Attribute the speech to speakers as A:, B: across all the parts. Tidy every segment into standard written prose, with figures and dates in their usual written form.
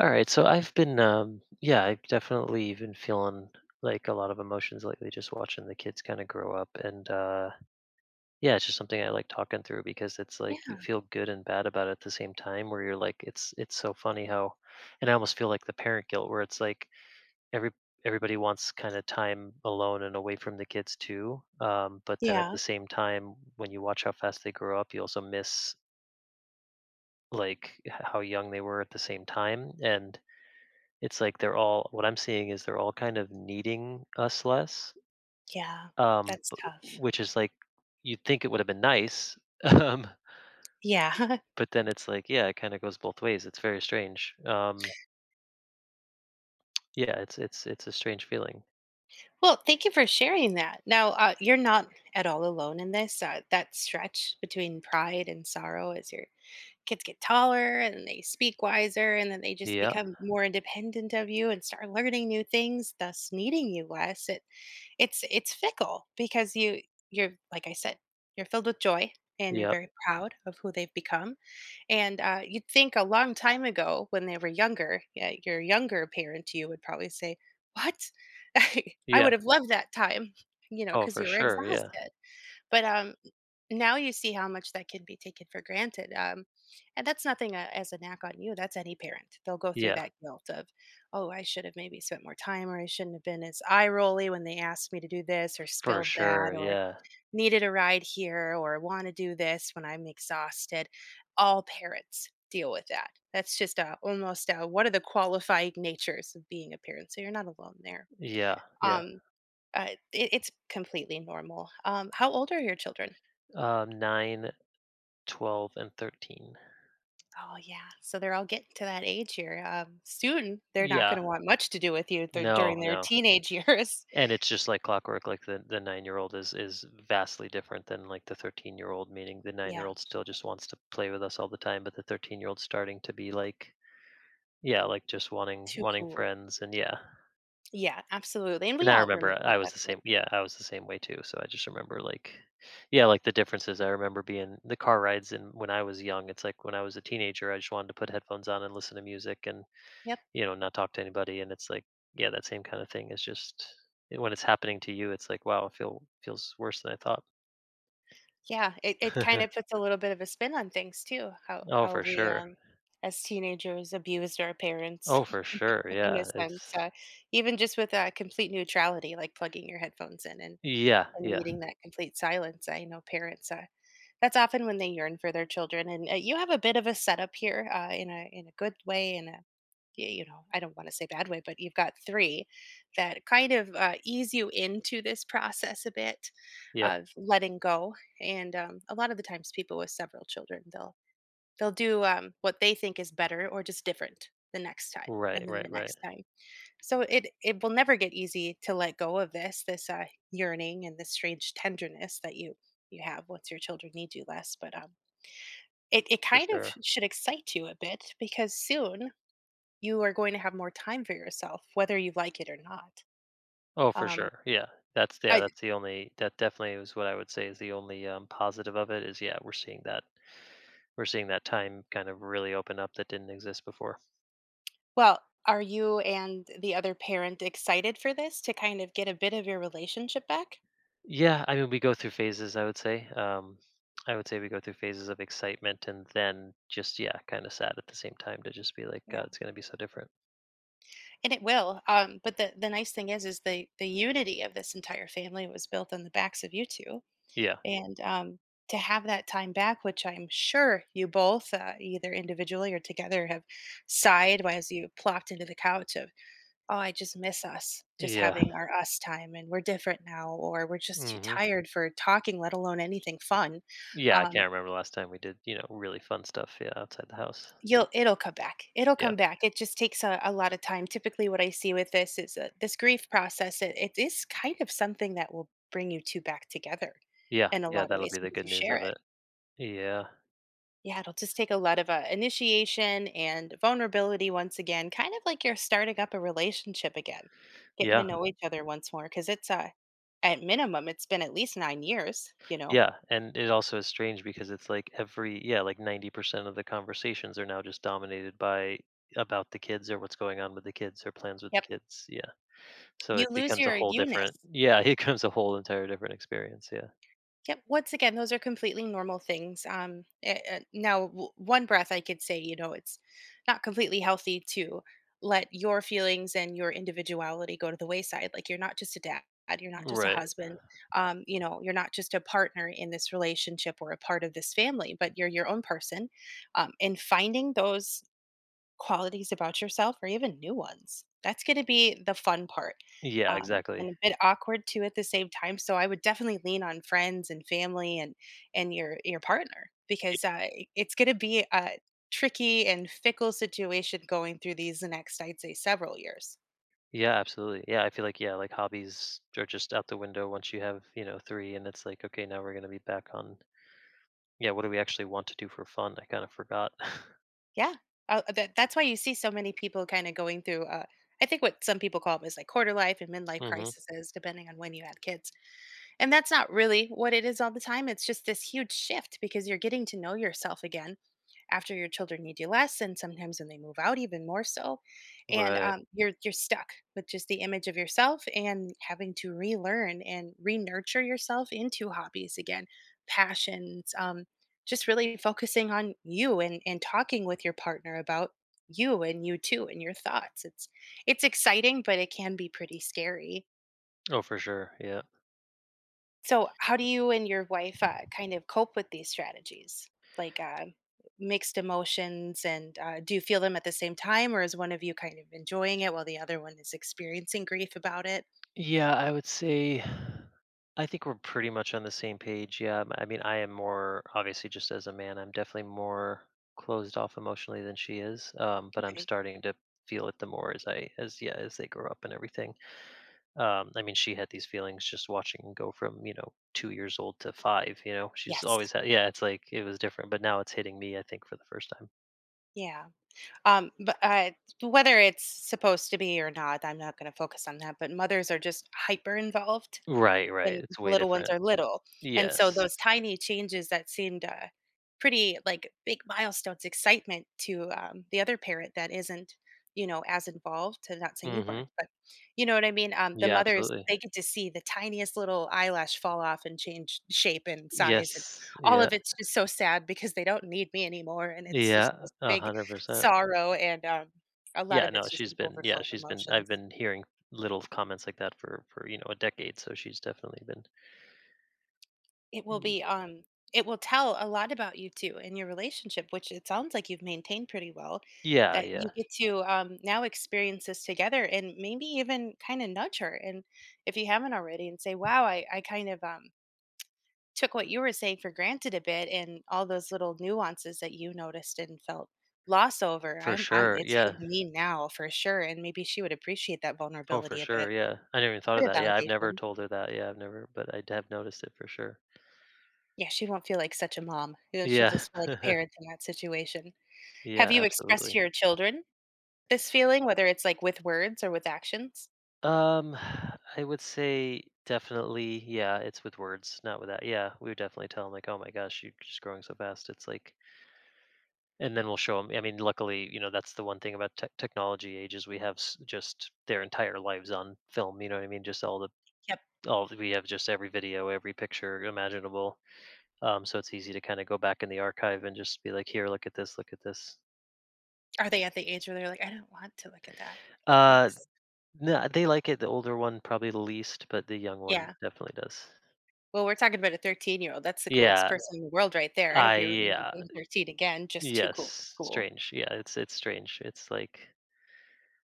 A: All right, so I've been, yeah, I've definitely been feeling like a lot of emotions lately, just watching the kids kind of grow up, and yeah, it's just something I like talking through because it's like you
B: Yeah,
A: feel good and bad about it at the same time, where you're like, it's so funny how, and I almost feel like the parent guilt, where it's like every everybody wants kind of time alone and away from the kids too, but then at the
B: yeah,
A: same time, when you watch how fast they grow up, you also miss like how young they were at the same time, and it's like they're all what I'm seeing is they're all kind of needing us less,
B: yeah, that's
A: b
B: tough.
A: which is like, you'd think it would have been nice, um,
B: Yeah.
A: but then it's like, yeah, it kinda goes both ways. It's very strange. Yeah, it's a strange feeling.
B: Well, thank you for sharing that. Now, you're not at all alone in this. That stretch between pride and sorrow as your kids get taller and they speak wiser and then they just
A: Yeah,
B: become more independent of you and start learning new things, thus needing you less. It's fickle because you're like I said, you're filled with joy and you're
A: yeah,
B: very proud of who they've become. And, you'd think a long time ago when they were younger, yeah, your younger parent you would probably say, "What? I
A: yeah.
B: would have loved that time," you know,
A: Oh,
B: because
A: for
B: you were
A: sure, yeah,
B: exhausted. But, now you see how much that can be taken for granted, and that's nothing, as a knock on you, that's any parent. They'll go through
A: yeah,
B: that guilt of, "Oh, I should have maybe spent more time," or, "I shouldn't have been as eye rolly when they asked me to do this or
A: for
B: spilled that,"
A: sure,
B: or
A: yeah,
B: needed a ride here or want to do this when I'm exhausted. All parents deal with that. That's just a, almost a, one of the qualifying natures of being a parent. So you're not alone there.
A: yeah, yeah.
B: Um, it's completely normal. How old are your children?
A: 9, 12, and 13.
B: Oh yeah, so they're all getting to that age here. Soon, they're not
A: Yeah,
B: going to want much to do with you during
A: no,
B: their
A: no.
B: teenage years.
A: And it's just like clockwork, like the 9-year-old is vastly different than like the 13-year-old, meaning the
B: Yeah,
A: 9-year-old still just wants to play with us all the time, but the 13-year-old's starting to be like, yeah, like just
B: too
A: wanting
B: cool.
A: friends. And yeah,
B: Yeah, absolutely. And
A: and
B: we
A: I
B: all
A: remember
B: remember
A: I
B: what
A: was the
B: that's like.
A: same, yeah, I was the same way too. So I just remember, like, yeah, like the differences. I remember being the car rides, and when I was young, it's like when I was a teenager I just wanted to put headphones on and listen to music and,
B: Yep.
A: you know, not talk to anybody. And it's like, yeah, that same kind of thing is just when it's happening to you, it's like, wow, it feels worse than I thought.
B: Yeah, it kind of puts a little bit of a spin on things too, how
A: Oh,
B: how
A: for
B: we,
A: sure.
B: as teenagers abused our parents
A: Oh, for sure.
B: in a
A: Yeah.
B: sense,
A: It's
B: even just with, complete neutrality, like plugging your headphones in
A: yeah,
B: and
A: yeah.
B: needing that complete silence. I know parents, that's often when they yearn for their children. And you have a bit of a setup here in a good way, in a you know, I don't want to say bad way, but you've got three that kind of ease you into this process a bit
A: Yep.
B: of letting go. And a lot of the times, people with several children, they'll do what they think is better or just different the next time,
A: Right,
B: and then
A: right,
B: the
A: right.
B: next time. So it will never get easy to let go of this yearning and this strange tenderness that you have once your children need you less. But it it
A: For
B: kind of
A: sure.
B: should excite you a bit because soon you are going to have more time for yourself, whether you like it or not.
A: Oh, for
B: Um,
A: sure. Yeah. That's yeah,
B: I
A: that's the only, that definitely is what I would say is the only positive of it, is yeah, we're seeing that time kind of really open up that didn't exist before.
B: well, are you and the other parent excited for this to kind of get a bit of your relationship back?
A: Yeah, I mean, we go through phases, I would say. I would say we go through phases of excitement and then just, yeah, kind of sad at the same time to just be like,
B: Yeah,
A: God, it's going to be so different.
B: and it will. But the nice thing is the unity of this entire family was built on the backs of you two.
A: Yeah.
B: And to have that time back, which I'm sure you both, either individually or together, have sighed as you plopped into the couch of, oh, I just miss us, just
A: Yeah.
B: having our us time, and we're different now, or we're just too
A: hmm
B: tired for talking, let alone anything fun.
A: Yeah. I
B: Um,
A: can't remember the last time we did, really fun stuff, yeah, outside the house.
B: you'll it'll come back. It'll
A: Yeah.
B: come back. It just takes a lot of time. Typically, what I see with this is this grief process. It is kind of something that will bring you two back together
A: Yeah.
B: in a
A: Yeah.
B: lot of
A: That'll be
B: ways
A: the
B: because
A: good
B: you
A: news
B: share
A: of
B: it.
A: it. Yeah.
B: Yeah, it'll just take a lot of initiation and vulnerability once again, kind of like you're starting up a relationship again, getting to
A: Yeah.
B: know each other once more. Because it's at minimum, it's been at least 9 years. You know.
A: Yeah. And it also is strange because it's like every, yeah, like 90% of the conversations are now just dominated by, about the kids or what's going on with the kids or plans with the
B: Yep.
A: kids. Yeah. So
B: You
A: it
B: lose
A: becomes a
B: your
A: whole different,
B: you-ness.
A: yeah, it becomes a whole entire different experience, yeah.
B: Yep. Once again, those are completely normal things. Now, one breath, I could say, you know, it's not completely healthy to let your feelings and your individuality go to the wayside. Like you're not just a dad, you're not just a
A: Right.
B: husband, you know, you're not just a partner in this relationship or a part of this family, but you're your own person. And finding those qualities about yourself or even new ones. That's going to be the fun part.
A: Yeah, exactly.
B: And a bit awkward too at the same time. So I would definitely lean on friends and family and your partner because it's going to be a tricky and fickle situation going through these next I'd say several years.
A: Yeah, absolutely. Yeah, I feel like, yeah, like, hobbies are just out the window once you have, you know, 3. And it's like, "Okay, now we're gonna be back on," yeah, what do we actually want to do for fun? I kinda forgot.
B: Yeah, that, that's why you see so many people kind of going through. I think what some people call them is like quarter life and midlife
A: Mhm.
B: crises, depending on when you had kids. And that's not really what it is all the time. It's just this huge shift because you're getting to know yourself again after your children need you less, and sometimes when they move out, even more so. And
A: Right.
B: you're stuck with just the image of yourself and having to relearn and re-nurture yourself into hobbies again, passions, just really focusing on you and talking with your partner about you and you too and your thoughts. It's exciting, but it can be pretty scary.
A: Oh, for sure, yeah.
B: So, how do you and your wife kind of cope with these strategies, like mixed emotions, and do you feel them at the same time, or is one of you kind of enjoying it while the other one is experiencing grief about it?
A: Yeah, I would say I think we're pretty much on the same page. Yeah, I mean, I am more, obviously just as a man, I'm definitely more closed off emotionally than she is. But I'm
B: Okay.
A: starting to feel it the more as I as yeah as they grow up and everything. I mean, she had these feelings just watching them go from, you know, 2 years old to 5. You know, she's
B: Yes.
A: always had, yeah. It's like it was different, but now it's hitting me, I think, for the first time.
B: Yeah. But whether it's supposed to be or not, I'm not going to focus on that. But mothers are just hyper involved
A: Right, right.
B: when the
A: It's way
B: little ones
A: different.
B: are little, and so
A: Yes.
B: those tiny changes that seemed, pretty, like, big milestones, excitement to, the other parent that isn't, you know, as involved, to not saying you weren't,
A: Mm-hmm.
B: but you know what I mean? The
A: Yeah,
B: mothers,
A: absolutely.
B: they get to see the tiniest little eyelash fall off and change shape and size, and
A: Yes.
B: all
A: Yeah.
B: of it's just so sad because they don't need me anymore, and it's just
A: Yeah,
B: this big
A: 100%.
B: sorrow, and, a lot
A: Yeah,
B: of
A: no,
B: it's just
A: she's
B: an
A: been yeah,
B: overflow of
A: she's been I've
B: emotions.
A: been hearing little comments like that for you know, a decade, so she's definitely been
B: It will
A: Y
B: be, it will tell a lot about you too and your relationship, which it sounds like you've maintained pretty well,
A: yeah,
B: that
A: yeah,
B: you get to, now experience this together and maybe even kinda nudge her, and if you haven't already, and say, "Wow, I kind of, took what you were saying for granted a bit and all those little nuances that you noticed and felt loss over,
A: for
B: I'm,
A: sure,
B: it's
A: yeah.
B: hitting me now for sure," and maybe she would appreciate that
A: Oh, for
B: vulnerability a
A: sure,
B: bit.
A: yeah. I never even thought of
B: Bit of
A: that. Yeah, I've never
B: validation.
A: told her that. Yeah, I've never, but I have noticed it for sure.
B: Yeah, she won't feel like such a mom. You know, she'll
A: Yeah.
B: just feel like a parent in that situation. Have
A: Yeah,
B: you expressed to
A: absolutely.
B: your children this feeling, whether it's, like, with words or with actions?
A: Um, I would say definitely, yeah, it's with words, not with that. Yeah, we would definitely tell them, like, "Oh my gosh, you're just growing so fast." It's like, and then we'll show them. I mean, luckily, you know, that's the one thing about technology ages, we have just their entire lives on film, you know what I mean, just all the,
B: Yep.
A: all we have, just every video, every picture imaginable. Um, so it's easy to kind of go back in the archive and just be like, "Here, look at this ".
B: Are they at the age where they're like, "I don't want to look at that.
A: uh
B: Thanks."
A: no, they like it. The older one probably the least, but the young one
B: Yeah.
A: definitely does.
B: Well, we're talking about a 13-year-old. That's the coolest
A: yeah
B: person in the world right there, if you remember
A: yeah.
B: being 13 again, just too cool for
A: Yes
B: school.
A: strange, yeah, it's strange. It's like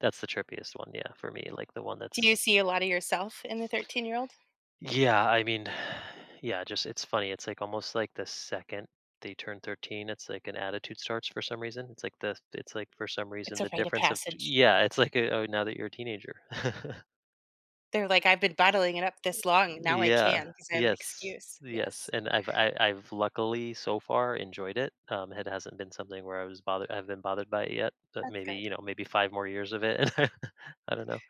A: that's the trippiest one, yeah, for me, like the one
B: Do you
A: that's,
B: see a lot of yourself in the 13-year-old?
A: yeah, I mean, yeah, just, it's funny. It's like almost like the second they turn 13, it's like an attitude starts for some reason. It's like the it's like for some reason
B: It's
A: the
B: a rite of
A: difference of,
B: passage.
A: yeah, it's like a, "Oh, now that you're a teenager."
B: They're like, "I've been bottling it up this long, now I
A: Yeah.
B: can because I have an
A: Yes.
B: excuse."
A: Yes,
B: Yes.
A: and I've luckily so far enjoyed it. It hasn't been something where I was bothered. I've been bothered by it yet, but
B: That's
A: maybe,
B: good.
A: you know, maybe 5 more years of it, and I don't know.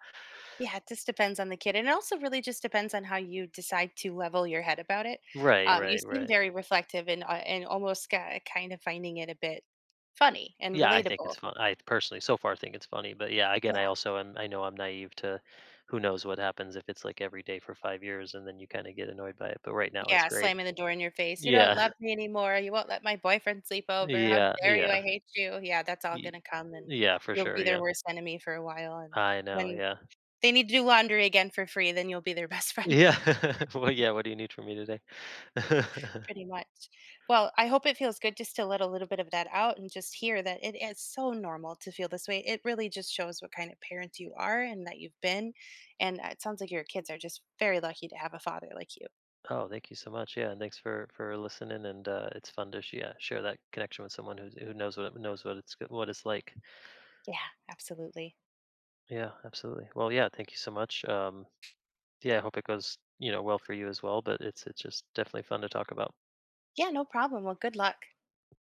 B: Yeah, it just depends on the kid, and it also really just depends on how you decide to level your head about it.
A: Right,
B: You
A: right,
B: seem
A: right.
B: very reflective and almost ki kind of finding it a bit funny and
A: Yeah, I think it's
B: relatable.
A: fun. I personally, so far, think it's funny. But yeah, again, I
B: Yeah,
A: also am. I know I'm naive to who knows what happens if it's like every day for 5 years, and then you kind of get annoyed by it. But right now, it's
B: yeah,
A: great.
B: slamming the door in your face. You don't
A: Yeah,
B: love me anymore. You won't let my boyfriend sleep over. How
A: yeah,
B: dare
A: yeah,
B: you? I hate you. Yeah, that's all
A: y-
B: gonna come, and
A: yeah, for
B: you'll
A: sure.
B: be their
A: Yeah,
B: worst enemy for a while. And
A: I know.
B: when
A: Yeah,
B: they need to do laundry again for free, then you'll be their best friend.
A: yeah. Well, yeah. What do you need from me today?
B: Pretty much. Well, I hope it feels good just to let a little bit of that out and just hear that it is so normal to feel this way. It really just shows what kind of parent you are and that you've been. And it sounds like your kids are just very lucky to have a father like you.
A: Oh, thank you so much. Yeah, and thanks for listening. And it's fun to yeah, share that connection with someone who knows what it knows what it's go- what it's like.
B: Yeah, absolutely.
A: Yeah, absolutely. Well, yeah. Thank you so much. Yeah, I hope it goes, you know, well for you as well, but it's just definitely fun to talk about.
B: Yeah, no problem. Well, good luck.